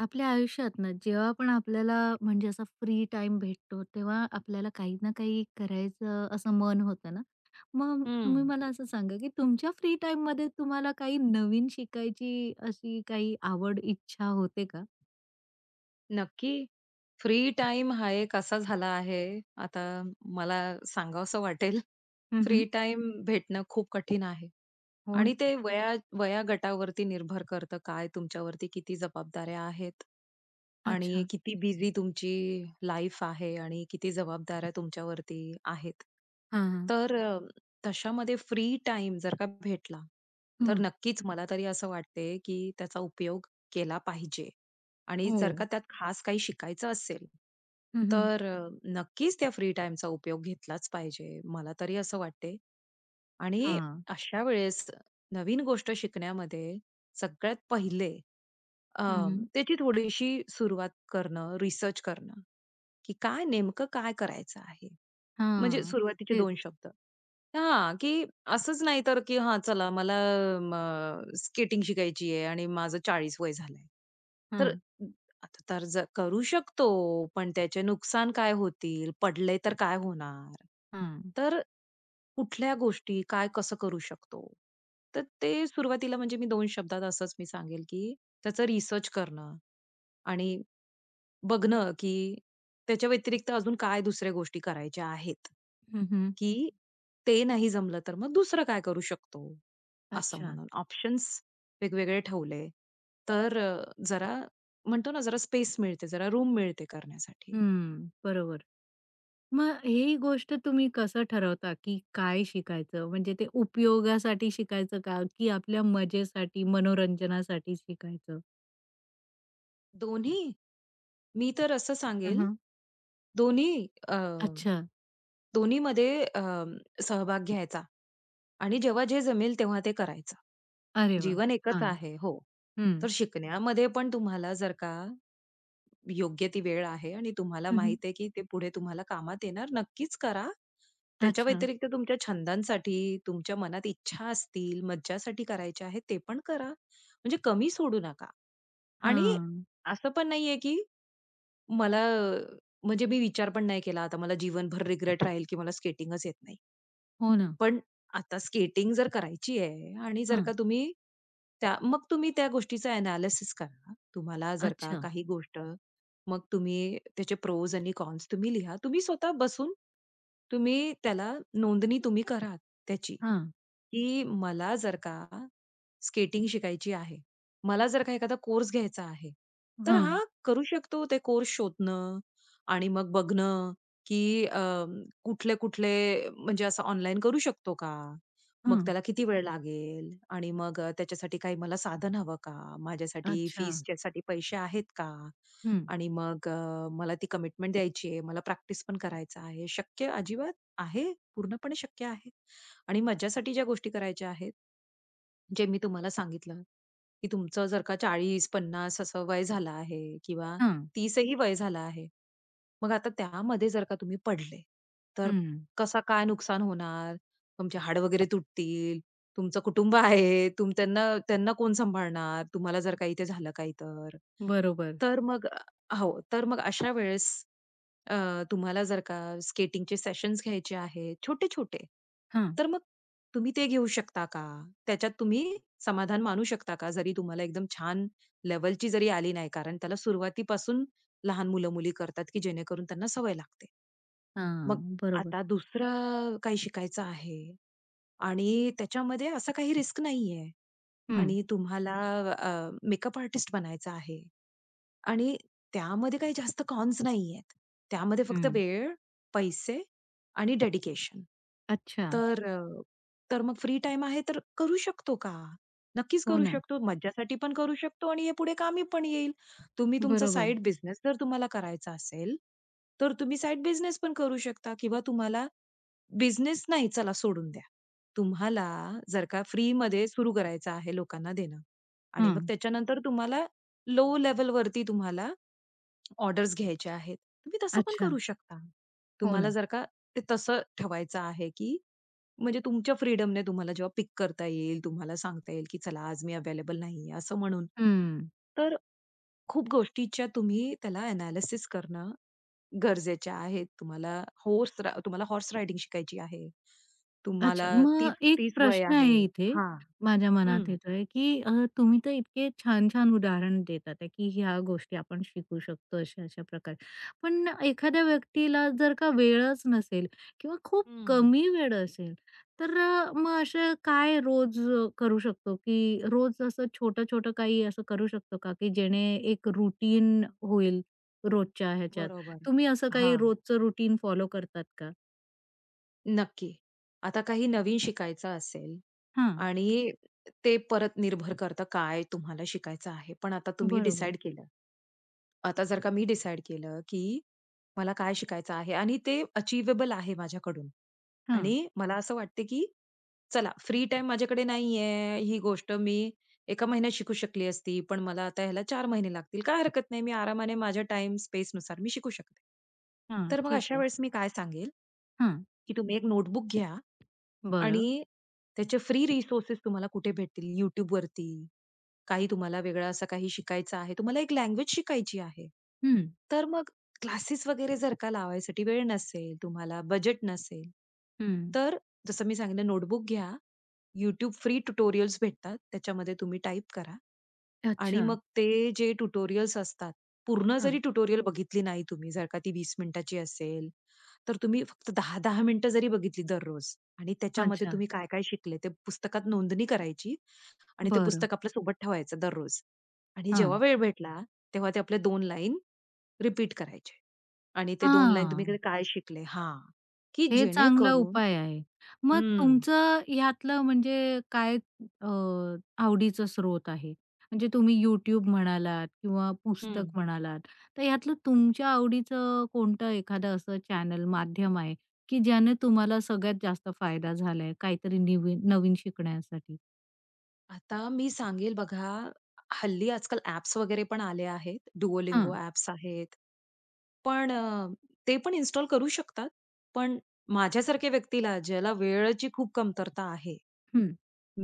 आपल्या आयुष्यात ना जेव्हा पण आपल्याला असा फ्री टाइम भेटतो तेव्हा आपल्याला काही ना काही करायचं असं मन होतं ना. मग हं, तुम्ही मला असं सांगा, की तुमच्या फ्री टाईममध्ये तुम्हाला काही नवीन शिकायची अशी काही आवड, इच्छा होते का? नक्की. फ्री टाइम हा एक असा झाला आहे, आता मला सांगावसं वाटेल, हं, हं. फ्री टाईम भेटणं खूप कठीण आहे. हो आणि ना. ते वया वया गटावरती निर्भर करतं, काय तुमच्यावरती किती जबाबदाऱ्या आहेत आणि अच्छा. किती बिझी तुमची लाईफ आहे आणि किती जबाबदाऱ्या तुमच्यावरती आहेत. हां, हां. तर अ, तशामध्ये फ्री टाईम जर का भेटला, तर हं. नक्कीच मला तरी असं वाटते, की त्याचा उपयोग केला पाहिजे आणि हो. जर का त्यात खास काही शिकायचं असेल, हं, हं. तर अ, नक्कीच त्या फ्री टाईमचा उपयोग घेतलाच पाहिजे. मला तरी असं वाटते. आणि हां. अशा वेळेस नवीन गोष्ट शिकण्यामध्ये सगळ्यात पहिले हं, त्याची थोडीशी सुरुवात करणं, रिसर्च करणं, की काय नेमकं काय करायचं आहे? म्हणजे सुरुवातीचे तेच. दोन शब्द. हां, की असंच नाही तर, की हां, चला मला स्केटिंग शिकायची आहे आणि माझं 40 वय झालंय. तर हं, आता तर करू शकतो, पण त्याचे नुकसान काय होतील? पडले तर काय होणार? हं. तर कुठल्या गोष्टी काय कसं करू शकतो? तर ते सुरुवातीला म्हणजे मी 2 शब्दात असंच मी सांगेल, की त्याचं रिसर्च करणं आणि बघणं, की त्याच्या व्यतिरिक्त अजून काय दुसऱ्या गोष्टी करायच्या आहेत, हं, की ते नाही जमलं तर मग दुसरं काय करू शकतो, असं अच्छा. म्हणून ऑप्शन्स वेगवेगळे ठेवले. जरा म्हणतो ना, जरा स्पेस मिळते, जरा रूम मिळते करण्यासाठी. हं. बरोबर. मग ही गोष्ट तुम्ही कसं ठरवता, की काय शिकायचं? म्हणजे ते उपयोगासाठी शिकायचं का? की आपल्या मजेसाठी, मनोरंजनासाठी शिकायचं? दोन्ही मी तर असं हं, सांगेल, हं. दोन्ही अ, अच्छा. दोन्हीमध्ये अ, सहभाग घ्यायचा आणि जेव्हा जे जमेल तेव्हा ते करायचं. अरे वाह! जीवन एकच छान. आहे. हो. हं. तर शिकण्यामध्ये पण तुम्हाला जर का योग्य ती वेळ आहे आणि तुम्हाला हं, माहित आहे की ते पुढे तुम्हाला कामात येणार, नक्कीच करा. त्याच्या अच्छा. व्यतिरिक्त तुमच्या छंदांसाठी, तुमच्या मनात इच्छा असतील, मज्जासाठी करायच्या आहेत, ते पण करा. म्हणजे कमी सोडू नका. आणि हां. असं पण नाहीये की मला अ, म्हणजे मी विचार पण नाही केला, आता मला जीवनभर रिग्रेट राहील की मला स्केटिंगच येत नाही. हो ना. पण आता स्केटिंग जर करायची आहे आणि जर हं. का तुम्ही मग तुम्ही त्या गोष्टीचं एनालिसिस करा. तुम्हाला जर का अच्छा. काही गोष्ट मग तुम्ही त्याचे प्रोज आणि कॉन्स तुम्ही लिहा. तुम्ही स्वतः बसून तुम्ही त्याला नोंदणी तुम्ही करा त्याची. हां. की मला जर का स्केटिंग शिकायची आहे, मला जर का एखादा कोर्स घ्यायचा आहे, तर हं. हा करू शकतो ते कोर्स शोधणं आणि मग बघणं, की अ, कुठले-कुठले म्हणजे असं ऑनलाईन करू शकतो का? मग हं. त्याला किती वेळ लागेल? आणि मग त्याच्यासाठी काही मला साधन हवं का? माझ्यासाठी अच्छा. फीसच्यासाठी पैसे आहेत का? हं. आणि मग मला ती कमिटमेंट द्यायची आहे, मला प्रॅक्टिस पण करायचं आहे. शक्य अजिबात आहे, पूर्णपणे शक्य आहे. आणि मज्जासाठी ज्या गोष्टी करायच्या आहेत, जे मी तुम्हाला सांगितलं, की तुमचं जर का 40-50 असं वय झालं आहे किंवा हं. 30 ही वय झालं आहे. मग आता त्यामध्ये जर का तुम्ही पडले, तर हं. कसा काय नुकसान होणार? तुमचे हाड वगैरे तुटतील, तुमचं कुटुंब आहे, तुम त्यांना त्यांना कोण सांभाळणार? तुम्हाला जर का इथे झालं काही तर. बरोबर. तर मग हो. तर मग अशा वेळेस अ, तुम्हाला जर का स्केटिंगचे सेशन्स घ्यायचे आहेत छोटे-छोटे, हां. तर मग तुम्ही ते घेऊ शकता का? त्याच्यात तुम्ही समाधान मानू शकता का? जरी तुम्हाला एकदम छान लेवलची जरी आली नाही, कारण त्याला सुरुवातीपासून लहान मुलं-मुली करतात, की जेणेकरून त्यांना सवय लागते. मग हां. बरोबर. आता दुसरं काही शिकायचं आहे आणि त्याच्यामध्ये असं काही रिस्क नाहीये हं. आणि तुम्हाला मेकअप आर्टिस्ट बनायचं आहे आणि त्यामध्ये काही जास्त कॉन्स नाहीयेत. त्यामध्ये फक्त हं. वेळ, पैसे आणि डेडिकेशन. अच्छा. तर अ, तर मग फ्री टाइम आहे तर करू शकतो का? नक्कीच हो करू ना. शकतो. मज्जासाठी पण करू शकतो आणि हे पुढे कामी पण येईल. तुम्ही तुमचा बरोबर. साइड बिझनेस जर तुम्हाला करायचा असेल, तर तुम्ही साइड बिझनेस पण करू शकता किंवा तुम्हाला बिझनेस नाही चला सोडून द्या. तुम्हाला जर का फ्रीमध्ये सुरू करायचं आहे लोकांना देणं आणि हं. मग त्याच्यानंतर तुम्हाला लो लेव्हलवरती तुम्हाला ऑर्डर्स घ्यायच्या आहेत. तुम्ही तसं पण अच्छा. करू शकता. हो तुम्हाला ना. जर का ते तसं ठेवायचं आहे, की म्हणजे तुमच्या फ्रीडमने तुम्हाला जेव्हा पिक करता येईल, तुम्हाला सांगता येईल, की "चला आज मी अवेलेबल नाहीये," असं म्हणून. हं. तर खूप गोष्टीच्या तुम्ही त्याला एनालिसिस करणं गरजेचे आहे. तुम्हाला हॉर्स रायडिंग शिकायची आहे. अच्छा. तुम्हाला मग एक 30-30 वय प्रश्न आहे. आहे इथे हां. माझ्या मनात हं. येतोय, की तुम्ही तर इतके छान-छान उदाहरण देतात आहे, की ह्या गोष्टी आपण शिकू शकतो अशा-अशा प्रकारे. पण एखाद्या व्यक्तीला जर का वेळच नसेल किंवा खूप हं. कमी वेळ असेल, तर मग असं काय रोज करू शकतो, की रोज असं छोटं-छोटं काही असं करू शकतो का, की जेणे एक रुटीन होईल रोजच्या ह्याच्यात? बरोबर. तुम्ही असं काही हां, रोजचं रुटीन फॉलो करतात का? नक्की. आता काही नवीन शिकायचं असेल हां, आणि ते परत निर्भर करतं काय तुम्हाला शिकायचं आहे. पण आता तुम्ही बरोबर. डिसाईड केलं. आता जर का मी डिसाईड केलं, की मला काय शिकायचं आहे आणि ते अचिव्हेबल आहे माझ्याकडून आणि हां. मला असं वाटते, की चला फ्री टाईम माझ्याकडे नाहीये, ही गोष्ट मी एका महिन्यात शिकू शकली असती, पण मला आता ह्याला 4 महिने लागतील. काय हरकत नाही, मी आरामाने माझ्या टाइम स्पेसनुसार मी शिकू शकते. हां, तर मग ठीक अशा आहे. वेळेस मी काय सांगेल, हां, की तुम्ही एक नोटबुक घ्या आणि बरं. त्याचे फ्री रिसोर्सेस तुम्हाला कुठे भेटतील YouTubeवरती. काही तुम्हाला वेगळा असा काही शिकायचा आहे, तुम्हाला एक लँग्वेज शिकायची आहे. हं, तर मग क्लासेस वगैरे जर का लावायसाठी वेळ नसेल, तुम्हाला बजेट नसेल, हं. तर जसं मी सांगितलं नोटबुक घ्या. यूट्यूब फ्री ट्युटोरियल्स भेटतात. त्याच्यामध्ये तुम्ही टाइप करा आणि अच्छा. मग ते जे ट्युटोरियल्स असतात, पूर्ण जरी हां, ट्युटोरियल बघितली नाही तुम्ही, जर का ती 20 मिनिटाची असेल तर तुम्ही फक्त 10 मिनिटं जरी बघितली दररोज आणि त्याच्यामध्ये अच्छा. तुम्ही काय-काय शिकले ते पुस्तकात नोंदणी करायची आणि ते बरं. पुस्तक आपल्या सोबत ठेवायचं दररोज. आणि जेव्हा हां. वेळ भेटला, तेव्हा ते आपले 2 लाईन रिपीट करायचे आणि ते 2 लाईन तुम्ही इकडे हां, काय शिकले हां, की हे चांगला जेणेकरून. उपाय आहे. मग हं. तुमचं ह्यातलं म्हणजे काय अ, आवडीचा स्रोत आहे? म्हणजे तुम्ही YouTube म्हणालात किंवा पुस्तक हं. म्हणालात, तर ह्यातलं तुमच्या आवडीचं कोणतं एखादं असं चॅनल, माध्यम आहे, की ज्याने तुम्हाला सगळ्यात जास्त फायदा झालाय काहीतरी निवीन नवीन शिकण्यासाठी? आता मी सांगेल बघा, हल्ली आजकाल ॲप्स वगैरे पण आले आहेत. डुओलिंगो हां, ॲप्स आहेत. पण अ, ते पण इन्स्टॉल करू शकतात. पण माझ्यासारख्या व्यक्तीला ज्याला वेळेची खूप कमतरता आहे, हं.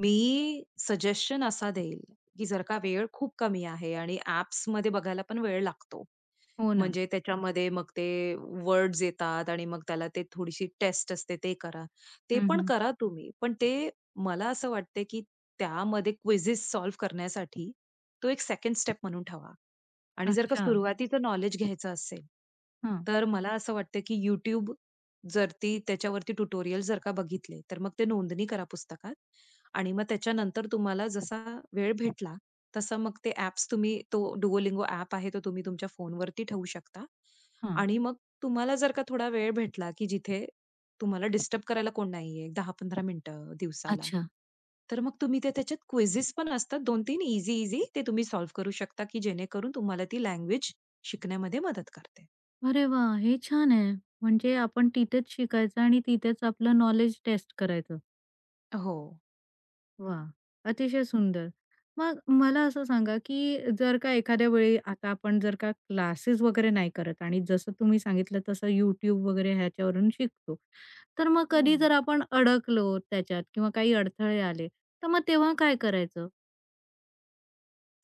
मी सजेशन असा देईल, की जर का वेळ खूप कमी आहे आणि ॲप्समध्ये बघायला पण वेळ लागतो. हो ना. म्हणजे त्याच्यामध्ये मग ते वर्ड्स येतात आणि मग त्याला ते थोडीशी टेस्ट असते ते करा. ते हं, पण हं. करा तुम्ही. पण ते मला असं वाटतंय, की त्यामध्ये क्विझिस सॉल्व्ह करण्यासाठी तो एक सेकंड स्टेप म्हणून ठेवा. आणि जर का अच्छा. सुरुवातीचं नॉलेज घ्यायचं असेल, हां, तर मला असं वाटतं की YouTube जर ती त्याच्यावरती ट्युटोरियल जर का बघितले, तर मग ते नोंदणी करा पुस्तकात आणि मग त्याच्यानंतर तुम्हाला जसा वेळ भेटला, तसं मग ते ॲप्स तुम्ही तो Duolingo ॲप आहे, तो तुम्ही तुमच्या फोनवरती ठेवू शकता हां. आणि मग तुम्हाला जर का थोडा वेळ भेटला, की जिथे तुम्हाला डिस्टर्ब करायला कोण नाहीये, 10-15 मिनिटं दिवसाला, अच्छा. तर मग तुम्ही ते त्याच्यात क्विझीस पण असतात 2 तीन, ईझी-ईझी ते तुम्ही सॉल्व्ह करू शकता, की जेणेकरून तुम्हाला ती लँग्वेज शिकण्यामध्ये मदत करते. अरे वाह! हे छान आहे. म्हणजे आपण तिथेच शिकायचं आणि तिथेच आपलं नॉलेज टेस्ट करायचं. हो. वाह! अतिशय सुंदर. मग मला असं सांगा, की जर का एखाद्या वेळी आता आपण जर का क्लासेस वगैरे नाही करत आणि जसं तुम्ही सांगितलं तसं YouTube वगैरे ह्याच्यावरून शिकतो. तर मग कधी जर आपण अडकलो त्याच्यात किंवा काही अडथळे आले, तर मग तेव्हा काय करायचं?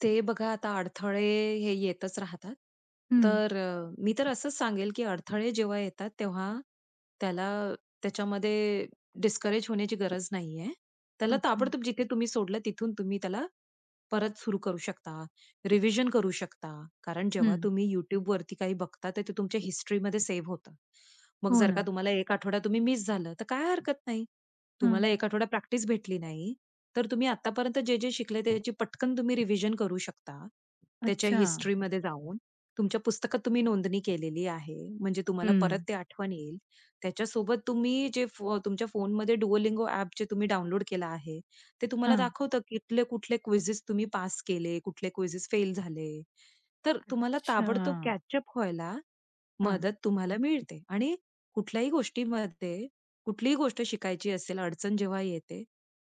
ते बघा आता अडथळे हे येतच राहतात. हं. मी तर असंच सांगेल, की अडथळे जेव्हा येतात तेव्हा त्याला त्याच्यामध्ये डिस्करेज होण्याची गरज नाहीये. त्याला अच्छा. ताबडतोब जिथे तुम्ही सोडलं तिथून तुम्ही त्याला परत सुरू करू शकता, रिव्हिजन करू शकता. कारण जेव्हा हं. तुम्ही YouTubeवरती काही बघता तर ते तुमच्या हिस्ट्रीमध्ये सेव्ह होतं. मग हो जर ना. का तुम्हाला 1 आठवडा तुम्ही मिस झालं, तर काय हरकत नाही. तुम्हाला हां. 1 आठवडा प्रॅक्टिस भेटली नाही, तर तुम्ही आत्तापर्यंत जे-जे शिकले त्याची पटकन तुम्ही रिव्हिजन करू शकता. त्याच्या अच्छा. हिस्टरीमध्ये जाऊन. तुमच्या पुस्तकात तुम्ही नोंदणी केलेली आहे. म्हणजे तुम्हाला परत हं. ते आठवण येईल. त्याच्यासोबत तुम्ही जे फो तुमच्या फोनमध्ये Duolingo ॲप जे तुम्ही डाउनलोड केलं आहे, ते तुम्हाला हां. दाखवतं कुठले, कुठले क्विजेस तुम्ही पास केले, कुठले क्विजेस फेल झाले. तर तुम्हाला ताबडतोब अच्छा. कॅचअप व्हायला हां. मदत तुम्हाला मिळते. आणि कुठल्याही गोष्टीमध्ये, कुठलीही गोष्ट शिकायची असेल, अडचण जेव्हा येते,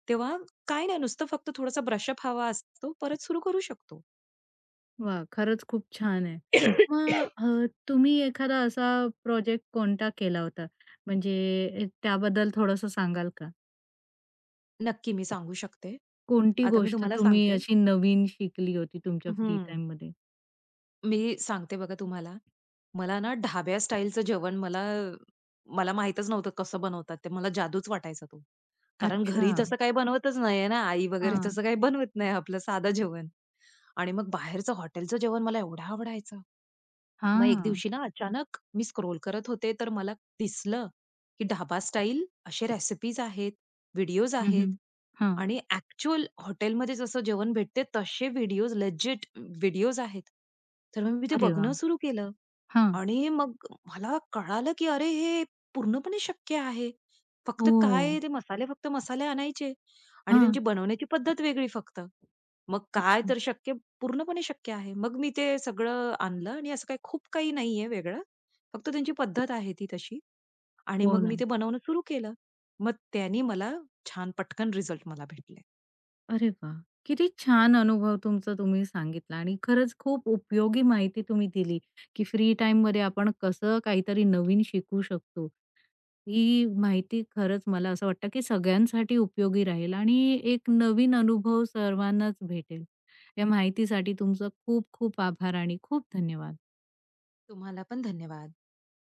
तेव्हा काही नाही, नुसतं फक्त थोडासा ब्रशअप हवा असतो, परत सुरू करू शकतो. वाह! खरंच खूप छान आहे. मग तुम्ही एखादा असा प्रोजेक्ट कोणता केला होता? म्हणजे त्याबद्दल थोडंसं सांगाल का? नक्की मी सांगू शकते. कोणती आता मी गोष्ट तुम्हाला तुम्ही सांगते. अशी नवीन शिकली होती तुमच्या फ्री हं. टाईममध्ये? मी सांगते बघा तुम्हाला. मला ना ढाब्या स्टाईलचं जेवण मला मला माहीतच नव्हतं कसं बनवतात ते. मला जादूच वाटायचा तो. कारण अच्छा. घरी तसं काही बनवतच नाहीये ना, आई वगैरे हां. तसं काही बनवत नाही आपलं साधं जेवण. आणि मग बाहेरचं हॉटेलचं जेवण मला एवढं आवडायचं. मग एक हां. दिवशी ना अचानक मी स्क्रोल करत होते, तर मला दिसलं, की ढाबा स्टाईल असे रेसिपीज आहेत, व्हिडिओज हं, आहेत हं. आणि ॲक्चुअल हॉटेलमध्ये जसं जेवण भेटते तसे व्हिडिओज, लेजिट व्हिडिओज आहेत. तर मग मी ते अरे बघणं वाह! सुरू केलं. हां. आणि मग मला कळालं, की अरे हे पूर्णपणे शक्य आहे. फक्त काय हो. ते मसाले फक्त मसाले आणायचे आणि हां. त्यांची बनवण्याची पद्धत वेगळी फक्त. मग काय अच्छा. तर पूर्णपणे शक्य आहे. मग मी ते सगळं आणलं आणि असं काही खूप काही नाहीये वेगळं. फक्त त्यांची पद्धत आहे ती तशी. आणि हो मग मी ना. ते बनवणं सुरू केलं. मग त्यानी मला छान पटकन रिझल्ट मला भेटले. अरे वाह! किती छान अनुभव तुमचा तुम्ही सांगितला आणि खरंच खूप उपयोगी माहिती तुम्ही दिली, की फ्री टाइम टाईममध्ये आपण कसं काहीतरी नवीन शिकू शकतो. ही माहिती खरंच मला असं वाटतं, की सगळ्यांसाठी उपयोगी राहील आणि एक नवीन अनुभव सर्वांनाच भेटेल. या माहितीसाठी तुमचं खूप खूप आभार आणि खूप धन्यवाद. तुम्हाला पण धन्यवाद.